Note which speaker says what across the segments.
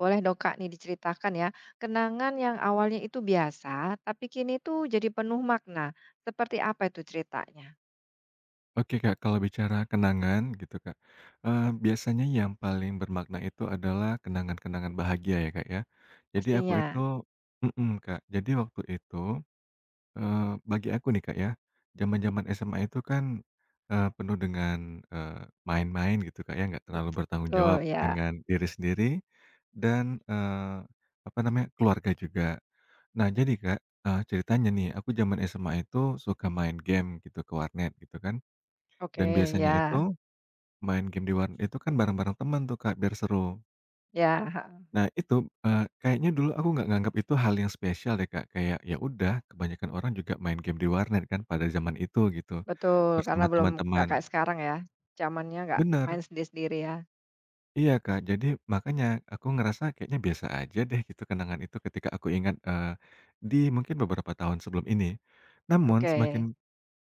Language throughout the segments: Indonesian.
Speaker 1: Boleh dong Kak nih diceritakan ya, kenangan yang awalnya itu biasa, tapi kini tuh jadi penuh makna. Seperti apa itu ceritanya?
Speaker 2: Oke Kak, kalau bicara kenangan gitu Kak, biasanya yang paling bermakna itu adalah kenangan-kenangan bahagia ya Kak ya. Jadi aku itu
Speaker 1: Pastinya,
Speaker 2: mhm, Kak, jadi waktu itu, bagi aku nih Kak ya, zaman-zaman SMA itu kan, penuh dengan, eee, main-main gitu Kak ya, nggak terlalu bertanggung jawab
Speaker 1: betul ya.
Speaker 2: dengan diri sendiri dan, apa namanya, keluarga juga. Nah jadi Kak, ceritanya nih, aku zaman SMA itu suka main game gitu ke warnet gitu kan,
Speaker 1: Oke
Speaker 2: dan
Speaker 1: ya,
Speaker 2: biasanya itu main game di warnet itu kan bareng-bareng teman tuh, Kak, biar seru.
Speaker 1: ya, heeh.
Speaker 2: Nah itu, kayaknya dulu aku nggak nganggap itu hal yang spesial ya, Kak, kayak ya udah kebanyakan orang juga main game di warnet kan pada zaman itu gitu,
Speaker 1: Betul, karena
Speaker 2: bersama
Speaker 1: belum nggak
Speaker 2: teman-teman.
Speaker 1: kayak sekarang ya, zamannya nggak
Speaker 2: Bener,
Speaker 1: main sendiri-sendiri ya.
Speaker 2: iya, Kak, jadi makanya aku ngerasa kayaknya biasa aja deh gitu kenangan itu ketika aku ingat, di mungkin beberapa tahun sebelum ini. Namun
Speaker 1: Oke,
Speaker 2: semakin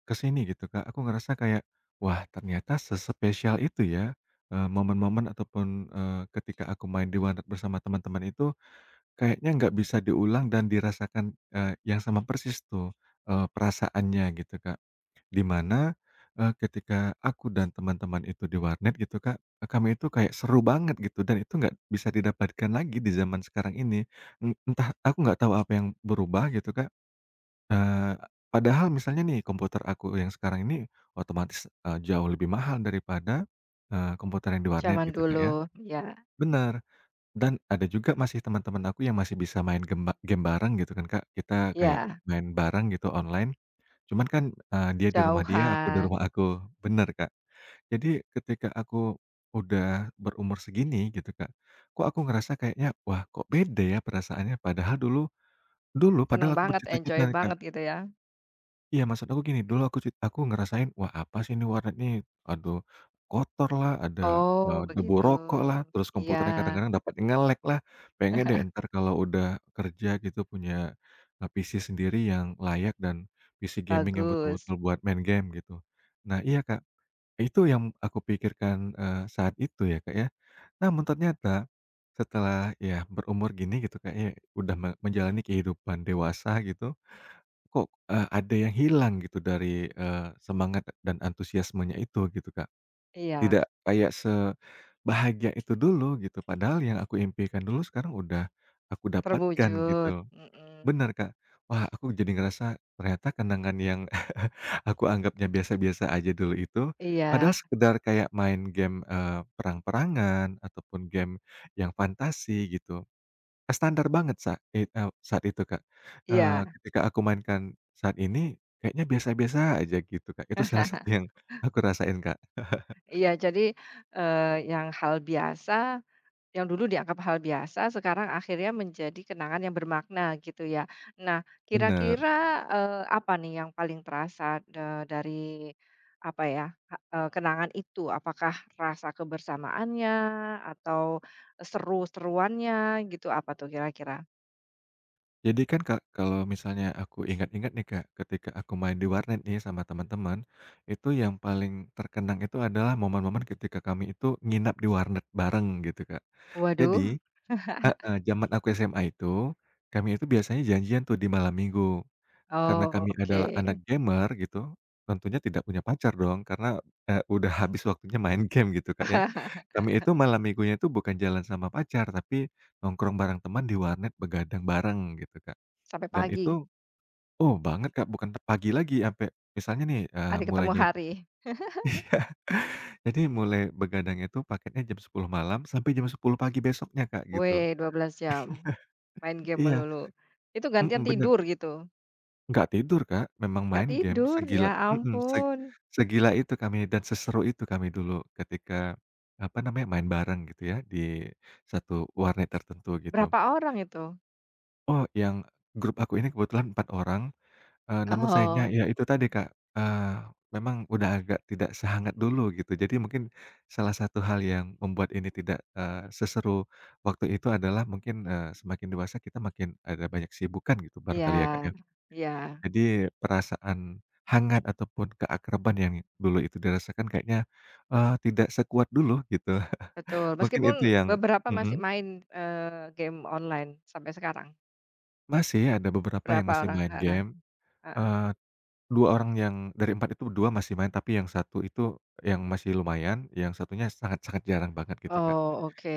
Speaker 2: ke sini gitu Kak, aku ngerasa kayak, wah ternyata sespesial itu ya, momen-momen ataupun, ketika aku main di Walet bersama teman-teman itu, kayaknya nggak bisa diulang dan dirasakan, yang sama persis tuh, perasaannya gitu Kak. Di mana, ketika aku dan teman-teman itu di warnet gitu Kak, kami itu kayak seru banget gitu dan itu nggak bisa didapatkan lagi di zaman sekarang ini. Entah aku nggak tahu apa yang berubah gitu Kak. Eee, Padahal misalnya nih komputer aku yang sekarang ini otomatis, jauh lebih mahal daripada, komputer yang di warnet
Speaker 1: zaman
Speaker 2: gitu, Kak,
Speaker 1: dulu,
Speaker 2: ya.
Speaker 1: ya,
Speaker 2: Bener, dan ada juga masih teman-teman aku yang masih bisa main game bareng gitu kan, Kak. Kita kayak
Speaker 1: ya,
Speaker 2: main bareng gitu online, cuman kan, dia di rumah dia, aku di
Speaker 1: jauhan,
Speaker 2: rumah aku. Bener, Kak. Jadi ketika aku udah berumur segini gitu, Kak, kok aku ngerasa kayaknya, "Wah, kok beda ya perasaannya?" Padahal dulu dulu
Speaker 1: seneng
Speaker 2: padahal aku
Speaker 1: banget, enjoy
Speaker 2: bercita-cita Kak.
Speaker 1: banget gitu ya.
Speaker 2: Iya, maksud aku gini, dulu aku ngerasain, "Wah, apa sih ini warnet nih? Aduh, kotor lah, ada,
Speaker 1: Oh
Speaker 2: debu
Speaker 1: begitu,
Speaker 2: rokok lah, terus
Speaker 1: iya,
Speaker 2: komputernya kadang-kadang dapat ngelek lah. Pengen deh ntar kalau udah kerja gitu punya, PC sendiri yang layak dan PC gaming yang
Speaker 1: bagus,
Speaker 2: betul-betul buat main game," gitu. Nah, iya, Kak, itu yang aku pikirkan, saat itu ya, Kak, ya. Namun ternyata setelah, ya berumur gini gitu, Kak, ya, udah menjalani kehidupan dewasa gitu. Kok, ada yang hilang gitu dari, semangat dan antusiasmenya itu gitu, Kak.
Speaker 1: iya,
Speaker 2: Tidak kayak sebahagia itu dulu gitu, padahal yang aku impikan dulu sekarang udah aku dapatkan
Speaker 1: terwujud,
Speaker 2: gitu.
Speaker 1: mhm.
Speaker 2: Benar Kak. Wah, aku jadi ngerasa ternyata kenangan yang aku anggapnya biasa-biasa aja dulu itu, padahal
Speaker 1: Iya
Speaker 2: sekedar kayak main game, perang-perangan ataupun game yang fantasi gitu. Standar banget saat itu, Kak.
Speaker 1: iya
Speaker 2: Ketika aku mainkan saat ini, kayaknya biasa-biasa aja gitu, Kak. Itu salah satu yang aku rasain, Kak.
Speaker 1: iya. Jadi, yang hal biasa, yang dulu dianggap hal biasa, sekarang akhirnya menjadi kenangan yang bermakna gitu ya. Nah,
Speaker 2: Bener.
Speaker 1: kira-kira, apa nih yang paling terasa da dari apa ya, kenangan itu? Apakah rasa kebersamaannya atau seru-seruannya gitu, apa tuh kira-kira?
Speaker 2: Jadi kan, Kak, kalau misalnya aku ingat-ingat nih, Kak, ketika aku main di warnet nih sama teman-teman, itu yang paling terkenang itu adalah momen-momen ketika kami itu nginap di warnet bareng gitu, Kak.
Speaker 1: Waduh,
Speaker 2: Jadi heeh, zaman aku SMA itu, kami itu biasanya janjian tuh di malam minggu. Karena
Speaker 1: oh
Speaker 2: kami
Speaker 1: oke.
Speaker 2: adalah anak gamer gitu, tentunya tidak punya pacar dong karena, udah habis waktunya main game gitu, Kak, ya. Kami itu malam minggunya itu bukan jalan sama pacar, tapi nongkrong bareng teman di warnet begadang bareng gitu, Kak.
Speaker 1: Sampai
Speaker 2: Dan
Speaker 1: pagi,
Speaker 2: itu oh banget, Kak, bukan pagi lagi sampai misalnya nih,
Speaker 1: hari ketemu
Speaker 2: mulainya
Speaker 1: hari.
Speaker 2: iya. Jadi mulai begadangnya itu paketnya jam sepuluh malam sampai jam sepuluh pagi besoknya, Kak, gitu.
Speaker 1: Weh, 12 jam. Main game
Speaker 2: Iya,
Speaker 1: melulu. Itu gantian
Speaker 2: mhm, bener.
Speaker 1: tidur gitu?
Speaker 2: Nggak tidur, Kak, memang
Speaker 1: Nggak
Speaker 2: main game
Speaker 1: tidur? Ya
Speaker 2: segila mhm, se
Speaker 1: ampun.
Speaker 2: segila itu kami dan seseru itu kami dulu ketika, apa namanya, main bareng gitu ya di satu warnet tertentu gitu.
Speaker 1: Berapa orang itu?
Speaker 2: Oh, yang grup aku ini kebetulan 4 orang, namun sayangnya
Speaker 1: Oh.
Speaker 2: ya itu tadi, Kak, memang udah agak tidak sehangat dulu gitu. Jadi mungkin salah satu hal yang membuat ini tidak, seseru waktu itu adalah mungkin, semakin dewasa kita makin ada banyak sibukan gitu
Speaker 1: Iya
Speaker 2: barangkali ya, Kak, ya?
Speaker 1: iya,
Speaker 2: Jadi perasaan hangat ataupun keakraban yang dulu itu dirasakan kayaknya, tidak sekuat dulu gitu.
Speaker 1: betul.
Speaker 2: Mungkin
Speaker 1: Meskipun
Speaker 2: itu yang
Speaker 1: beberapa masih
Speaker 2: mhm,
Speaker 1: main, game online sampai sekarang.
Speaker 2: masih ada beberapa yang
Speaker 1: Berapa
Speaker 2: masih
Speaker 1: orang?
Speaker 2: main
Speaker 1: Heeh
Speaker 2: game,
Speaker 1: heeh.
Speaker 2: eee, 2 orang yang dari 4 itu 2 masih main tapi yang satu itu yang masih lumayan, yang satunya sangat-sangat jarang banget gitu Kak,
Speaker 1: Oh, oke.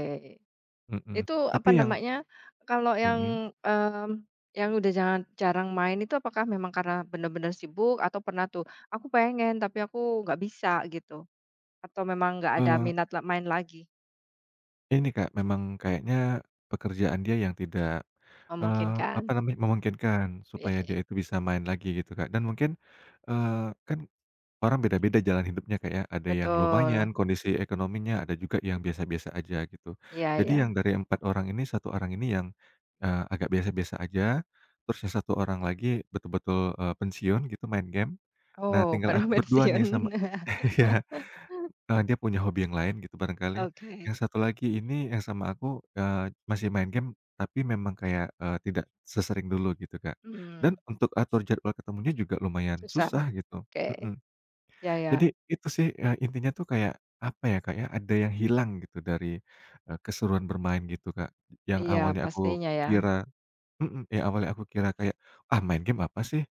Speaker 2: mhm.
Speaker 1: Itu apa
Speaker 2: Tapi yang
Speaker 1: namanya, kalau
Speaker 2: mhm,
Speaker 1: yang, yang udah jangan jarang main itu apakah memang karena benar-benar sibuk atau pernah tuh, "Aku pengen tapi aku nggak bisa," gitu? Atau memang nggak ada
Speaker 2: eee
Speaker 1: minat la main lagi?
Speaker 2: ini Kak, memang kayaknya pekerjaan dia yang tidak, eee,
Speaker 1: Memungkinkan.
Speaker 2: apa namanya, memungkinkan
Speaker 1: Iya
Speaker 2: supaya
Speaker 1: iya,
Speaker 2: dia itu bisa main lagi gitu Kak, dan mungkin, eee, kan orang beda-beda jalan hidupnya Kak ya, ada yang
Speaker 1: betul.
Speaker 2: lumayan kondisi ekonominya, ada juga yang biasa-biasa aja gitu.
Speaker 1: Iya
Speaker 2: Jadi yang
Speaker 1: iya.
Speaker 2: dari 4 orang ini, satu orang ini yang, agak biasa-biasa aja, terus yang 1 orang lagi betul-betul, pensiun gitu main game. Nah
Speaker 1: Oh,
Speaker 2: tinggal
Speaker 1: baru
Speaker 2: aku berdua nih sama
Speaker 1: pensiun.
Speaker 2: iya. Dia punya hobi yang lain gitu barangkali.
Speaker 1: Oke,
Speaker 2: Yang satu lagi ini yang sama aku, masih main game tapi memang kayak, tidak sesering dulu gitu, Kak. Dan
Speaker 1: mhm,
Speaker 2: untuk atur jadwal ketemunya juga lumayan
Speaker 1: susah,
Speaker 2: susah gitu,
Speaker 1: oke.
Speaker 2: mhm.
Speaker 1: Iya iya.
Speaker 2: Jadi itu sih, intinya tuh kayak apa ya, Kak, ya, ada yang hilang gitu dari, keseruan bermain gitu, Kak. Yang
Speaker 1: Iya,
Speaker 2: awalnya aku
Speaker 1: pastinya ya.
Speaker 2: kira mhm, yang awalnya aku kira kayak, "Ah, main game apa sih?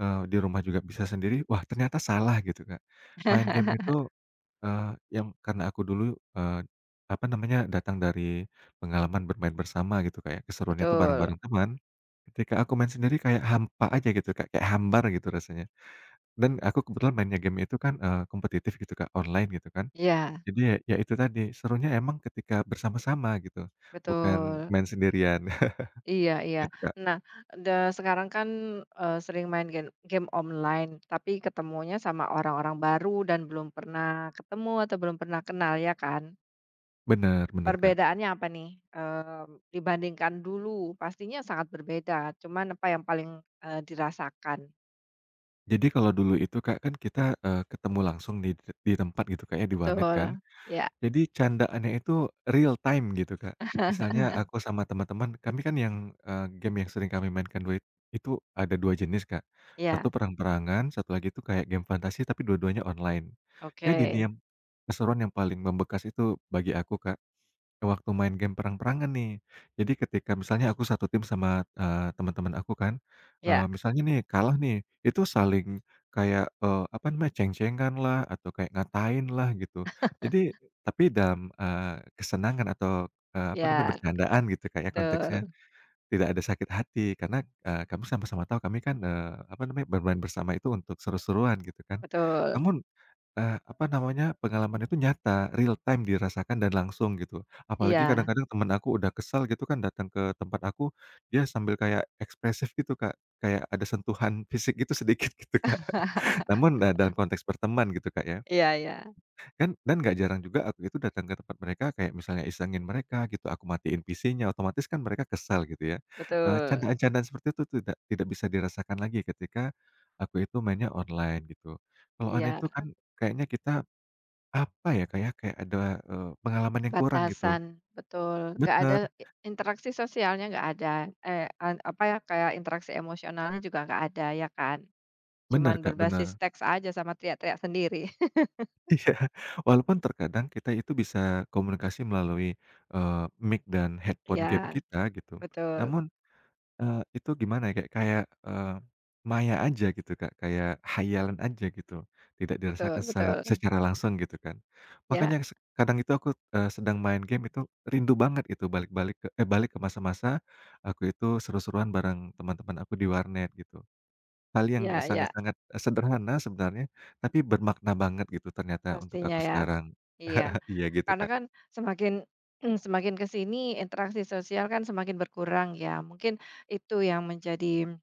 Speaker 2: Eee, di rumah juga bisa sendiri." Wah, ternyata salah gitu, Kak. Main game itu Yang karena aku dulu, eee, apa namanya, datang dari pengalaman bermain bersama gitu, Kak, ya, keseruannya itu bareng-bareng
Speaker 1: Betul.
Speaker 2: teman. Ketika aku main sendiri kayak hampa aja gitu, Kak, kayak hambar gitu rasanya. Dan aku kebetulan mainnya game itu kan, kompetitif gitu, Kak, online gitu kan.
Speaker 1: Iya,
Speaker 2: Jadi ya itu tadi, serunya emang ketika bersama-sama gitu, bukan
Speaker 1: betul.
Speaker 2: main sendirian
Speaker 1: Iya iya.
Speaker 2: gitu, Kak.
Speaker 1: Nah, sekarang kan, sering main game game online, tapi ketemunya sama orang-orang baru dan belum pernah ketemu atau belum pernah kenal, ya kan?
Speaker 2: Bener bener, Kak.
Speaker 1: Perbedaannya apa nih, dibandingkan dulu? Pastinya sangat berbeda, cuman apa yang paling, dirasakan?
Speaker 2: Jadi kalau dulu itu, Kak, kan kita, ketemu langsung di tempat gitu, Kak, ya, di warnet kan.
Speaker 1: Betul, ya.
Speaker 2: Jadi candaannya itu real time gitu, Kak. Misalnya aku sama teman-teman, kami kan yang, game yang sering kami mainkan duet itu ada 2 jenis, Kak.
Speaker 1: Ya.
Speaker 2: Satu perang-perangan, satu lagi itu kayak game fantasi tapi dua-duanya online. Jadi nih
Speaker 1: Oke,
Speaker 2: yang keseruan yang paling membekas itu bagi aku, Kak, waktu main game perang-perangan nih. Jadi ketika misalnya aku satu tim sama, teman-teman aku kan,
Speaker 1: ya.
Speaker 2: misalnya nih kalah nih, itu saling kayak, apa namanya, ceng-cenganlah atau kayak ngatainlah gitu. Jadi tapi dalam, kesenangan atau, apa namanya,
Speaker 1: Ya.
Speaker 2: bercandaan gitu Kak ya konteksnya.
Speaker 1: Betul
Speaker 2: Tidak ada sakit hati karena, kami sama-sama tahu kami kan, apa namanya, bermain bersama itu untuk seru-seruan gitu kan.
Speaker 1: betul,
Speaker 2: Namun apa namanya, pengalaman itu nyata, real time dirasakan dan langsung gitu. Apalagi
Speaker 1: iya.
Speaker 2: kadang-kadang temen aku udah kesel gitu kan datang ke tempat aku, dia sambil kayak ekspresif gitu, Kak, kayak ada sentuhan fisik gitu sedikit gitu, Kak. Namun, dalam konteks berteman gitu, Kak, ya.
Speaker 1: Iya iya,
Speaker 2: Kan dan nggak jarang juga aku itu datang ke tempat mereka kayak misalnya isengin mereka gitu, aku matiin PC-nya, otomatis kan mereka kesal gitu ya.
Speaker 1: betul,
Speaker 2: Candaan-candaan seperti itu tidak tidak bisa dirasakan lagi ketika aku itu mainnya online gitu. Kalau online
Speaker 1: iya,
Speaker 2: itu kan kayaknya kita apa ya, Kak, ya, kayak ada, pengalaman yang kurang gitu.
Speaker 1: batasan, betul, nggak ada
Speaker 2: Bener
Speaker 1: interaksi sosialnya nggak ada, eh, an apa ya, kayak interaksi emosionalnya juga nggak ada, ya kan?
Speaker 2: bener,
Speaker 1: Cuman
Speaker 2: Kak, bener.
Speaker 1: berbasis teks aja sama teriak-teriak sendiri.
Speaker 2: Iya, walaupun terkadang kita itu bisa komunikasi melalui, eee, mic dan headphone game
Speaker 1: Iya,
Speaker 2: kita gitu.
Speaker 1: betul.
Speaker 2: Namun, itu gimana ya, kayak kayak, eee, maya aja gitu, Kak, kayak khayalan aja gitu, tidak
Speaker 1: Betul
Speaker 2: dirasakan secara
Speaker 1: betul.
Speaker 2: secara langsung gitu kan.
Speaker 1: Ya
Speaker 2: Makanya kadang itu aku, sedang main game itu rindu banget itu balik-balik ke balik ke masa-masa aku itu seru-seruan bareng teman-teman aku di warnet gitu. Hal yang
Speaker 1: ya ya,
Speaker 2: sangat-sangat, sederhana sebenarnya, tapi bermakna banget gitu ternyata untuk
Speaker 1: pastinya
Speaker 2: aku
Speaker 1: ya.
Speaker 2: sekarang.
Speaker 1: Iya,
Speaker 2: Iya gitu,
Speaker 1: karena
Speaker 2: Kak.
Speaker 1: kan semakin semakin ke sini interaksi sosial kan semakin berkurang ya. Mungkin itu yang menjadi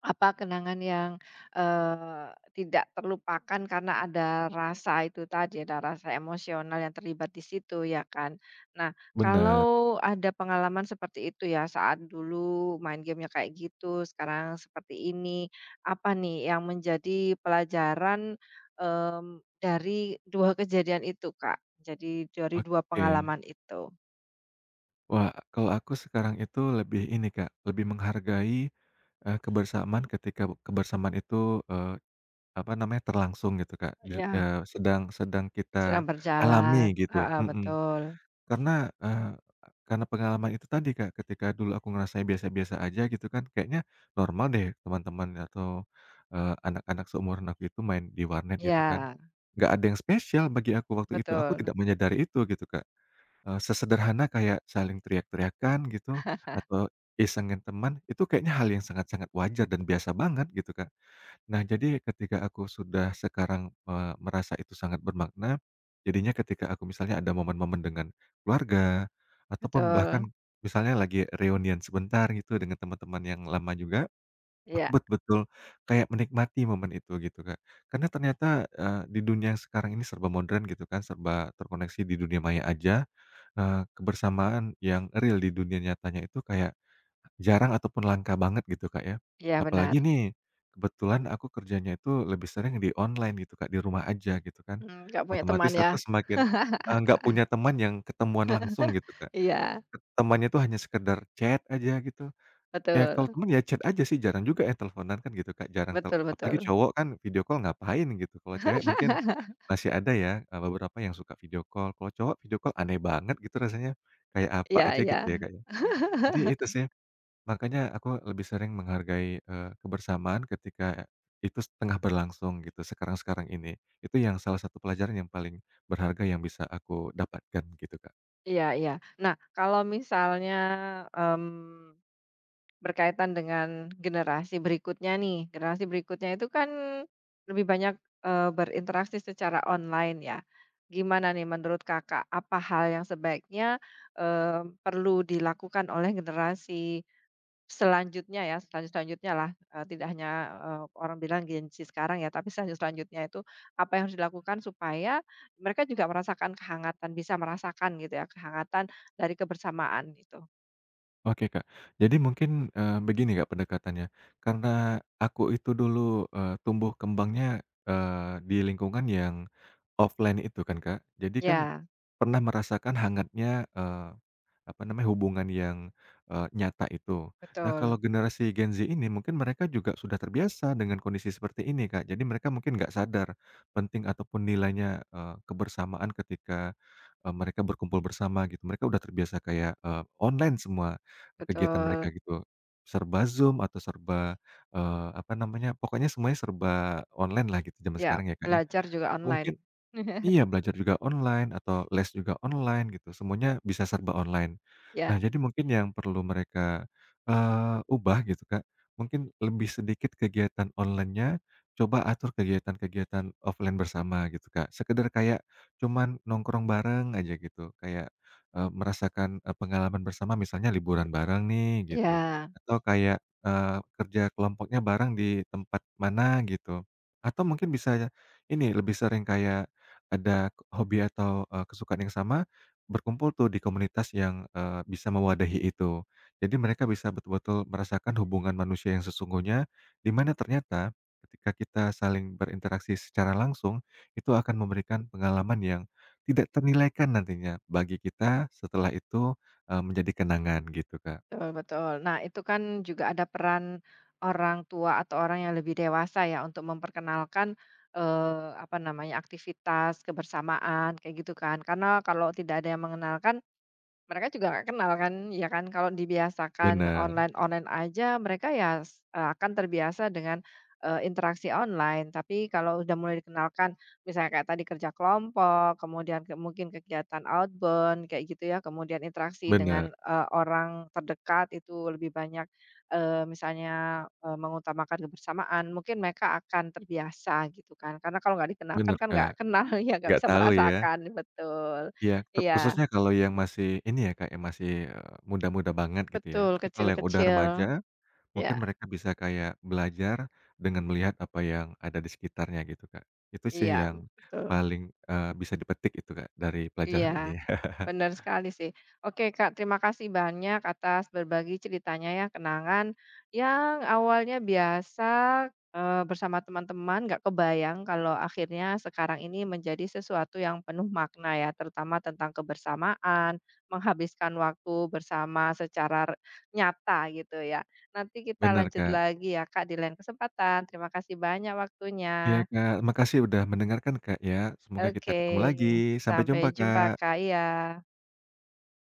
Speaker 1: apa kenangan yang, tidak terlupakan karena ada rasa itu tadi, ada rasa emosional yang terlibat di situ ya kan. Nah,
Speaker 2: Bener,
Speaker 1: kalau ada pengalaman seperti itu ya, saat dulu main gamenya kayak gitu, sekarang seperti ini, apa nih yang menjadi pelajaran, mmm, dari 2 kejadian itu, Kak? Jadi dari dua
Speaker 2: oke.
Speaker 1: pengalaman itu.
Speaker 2: Wah, kalau aku sekarang itu lebih ini, Kak, lebih menghargai, kebersamaan ketika kebersamaan itu, eee, apa namanya, terlangsung gitu, Kak, di
Speaker 1: Ya
Speaker 2: eee, sedang sedang kita
Speaker 1: sedang
Speaker 2: alami
Speaker 1: berjalan.
Speaker 2: gitu,
Speaker 1: Ah ah,
Speaker 2: mhm.
Speaker 1: betul.
Speaker 2: Karena, karena pengalaman itu tadi, Kak, ketika dulu aku ngerasain biasa-biasa aja gitu kan, kayaknya normal deh teman-teman atau, anak-anak seumuran aku itu main di warnet gitu kan.
Speaker 1: Ya
Speaker 2: Nggak ada yang spesial bagi aku waktu itu, aku
Speaker 1: betul,
Speaker 2: tidak menyadari itu gitu, Kak. Sesederhana kayak saling teriak-teriakan gitu, atau isengin teman, itu kayaknya hal yang sangat-sangat wajar dan biasa banget gitu, Kak. Nah, jadi ketika aku sudah sekarang, merasa itu sangat bermakna, jadinya ketika aku misalnya ada momen-momen dengan keluarga, ataupun
Speaker 1: betul.
Speaker 2: bahkan misalnya lagi reunian sebentar gitu dengan teman-teman yang lama juga, aku
Speaker 1: Iya
Speaker 2: betul-betul kayak menikmati momen itu gitu, Kak. Karena ternyata, di dunia yang sekarang ini serba modern gitu kan, serba terkoneksi di dunia maya aja, kebersamaan yang real di dunia nyatanya itu kayak jarang ataupun langka banget gitu, Kak, ya.
Speaker 1: iya benar,
Speaker 2: Apalagi nih, kebetulan aku kerjanya itu lebih sering di online gitu, Kak, di rumah aja gitu kan.
Speaker 1: nggak punya teman
Speaker 2: Otomatis
Speaker 1: ya.
Speaker 2: aku semakin, nggak punya teman yang ketemuan langsung gitu, Kak.
Speaker 1: Iya,
Speaker 2: Temannya itu hanya sekedar chat aja gitu. Ya
Speaker 1: betul
Speaker 2: kalau teman ya chat aja sih, jarang juga ya teleponan kan gitu, Kak, jarang tel
Speaker 1: betul
Speaker 2: apalagi
Speaker 1: betul.
Speaker 2: cowok kan video call ngapain gitu. Kalau cewek mungkin masih ada ya, beberapa yang suka video call. Kalau cowok video call aneh banget gitu rasanya, kayak apa
Speaker 1: Iya
Speaker 2: aja
Speaker 1: iya.
Speaker 2: gitu ya, Kak, ya. Jadi itu sih. Makanya aku lebih sering menghargai, kebersamaan ketika itu setengah berlangsung gitu, sekarang-sekarang ini. Itu yang salah satu pelajaran yang paling berharga yang bisa aku dapatkan gitu, Kak.
Speaker 1: Iya iya. Nah, kalau misalnya, mmm, berkaitan dengan generasi berikutnya nih, generasi berikutnya itu kan lebih banyak, berinteraksi secara online ya. Gimana nih menurut Kakak, apa hal yang sebaiknya, perlu dilakukan oleh generasi selanjutnya ya, selanjutnya lah, tidak hanya, orang bilang Gen Z sekarang ya, tapi selanjutnya itu apa yang harus dilakukan supaya mereka juga merasakan kehangatan, bisa merasakan gitu ya, kehangatan dari kebersamaan gitu.
Speaker 2: Oke, Kak. Jadi mungkin, begini, Kak, pendekatannya, karena aku itu dulu, tumbuh kembangnya, di lingkungan yang offline itu kan, Kak. Jadi kan
Speaker 1: Ya,
Speaker 2: pernah merasakan hangatnya, apa namanya, hubungan yang, nyata itu. Nah, kalau
Speaker 1: betul
Speaker 2: generasi Gen Z ini mungkin mereka juga sudah terbiasa dengan kondisi seperti ini, Kak. Jadi mereka mungkin nggak sadar penting ataupun nilainya, kebersamaan ketika, mereka berkumpul bersama gitu. Mereka udah terbiasa kayak, online semua kegiatan
Speaker 1: betul.
Speaker 2: mereka gitu. Serba Zoom atau serba, apa namanya, pokoknya semuanya serba online lah gitu zaman
Speaker 1: Ya,
Speaker 2: sekarang ya, Kak, ya.
Speaker 1: belajar juga online.
Speaker 2: Mungkin iya, belajar juga online atau les juga online gitu, semuanya bisa serba online. Nah,
Speaker 1: Ya
Speaker 2: jadi mungkin yang perlu mereka, ubah gitu, Kak, mungkin lebih sedikit kegiatan online-nya, coba atur kegiatan-kegiatan offline bersama gitu, Kak. Sekedar kayak cuman nongkrong bareng aja gitu, kayak, merasakan, pengalaman bersama misalnya liburan bareng nih gitu,
Speaker 1: ya.
Speaker 2: atau kayak, kerja kelompoknya bareng di tempat mana gitu, atau mungkin bisa ini, lebih sering kayak ada hobi atau, kesukaan yang sama, berkumpul tuh di komunitas yang, bisa mewadahi itu. Jadi mereka bisa betul-betul merasakan hubungan manusia yang sesungguhnya, di mana ternyata ketika kita saling berinteraksi secara langsung, itu akan memberikan pengalaman yang tidak ternilaikan nantinya bagi kita setelah itu, menjadi kenangan gitu, Kak.
Speaker 1: Betul betul. Nah, itu kan juga ada peran orang tua atau orang yang lebih dewasa ya untuk memperkenalkan, apa namanya, aktivitas kebersamaan kayak gitu kan. Karena kalau tidak ada yang mengenalkan, mereka juga nggak kenal kan, ya kan? Kalau dibiasakan
Speaker 2: Bener
Speaker 1: online-online aja mereka ya akan terbiasa dengan, interaksi online. Tapi kalau udah mulai dikenalkan, misalnya kayak tadi kerja kelompok, kemudian mungkin kegiatan outbound kayak gitu ya, kemudian interaksi
Speaker 2: bener
Speaker 1: dengan, orang terdekat itu lebih banyak, misalnya, mengutamakan kebersamaan, mungkin mereka akan terbiasa gitu kan. Karena kalau nggak dikenalkan
Speaker 2: bener,
Speaker 1: kan nggak
Speaker 2: Kak.
Speaker 1: kenal ya, nggak
Speaker 2: Nggak
Speaker 1: bisa
Speaker 2: tahu ya.
Speaker 1: merasakan, betul.
Speaker 2: Iya,
Speaker 1: Iya.
Speaker 2: khususnya kalau yang masih ini ya, Kak, yang masih, muda-muda banget gitu ya.
Speaker 1: Betul,
Speaker 2: Tapi kalau yang udah remaja,
Speaker 1: kecil-kecil.
Speaker 2: mungkin
Speaker 1: Ya
Speaker 2: mereka bisa kayak belajar dengan melihat apa yang ada di sekitarnya gitu, Kak. Itu sih
Speaker 1: iya,
Speaker 2: yang
Speaker 1: betul.
Speaker 2: paling, bisa dipetik itu, Kak, dari
Speaker 1: Iya,
Speaker 2: pelajaran ini.
Speaker 1: benar sekali sih. Oke Kak, terima kasih banyak atas berbagi ceritanya ya, kenangan yang awalnya biasa, bersama teman-teman, nggak kebayang kalau akhirnya sekarang ini menjadi sesuatu yang penuh makna ya, terutama tentang kebersamaan, menghabiskan waktu bersama secara nyata gitu ya. Nanti kita
Speaker 2: Bener,
Speaker 1: lanjut
Speaker 2: Kak.
Speaker 1: lagi ya Kak, di lain kesempatan. Terima kasih banyak
Speaker 2: Iya,
Speaker 1: waktunya.
Speaker 2: Kak, makasih udah mendengarkan, Kak, ya. Semoga kita
Speaker 1: Oke,
Speaker 2: ketemu lagi. Sampai jumpa,
Speaker 1: sampai jumpa
Speaker 2: Kak.
Speaker 1: Kak, iya.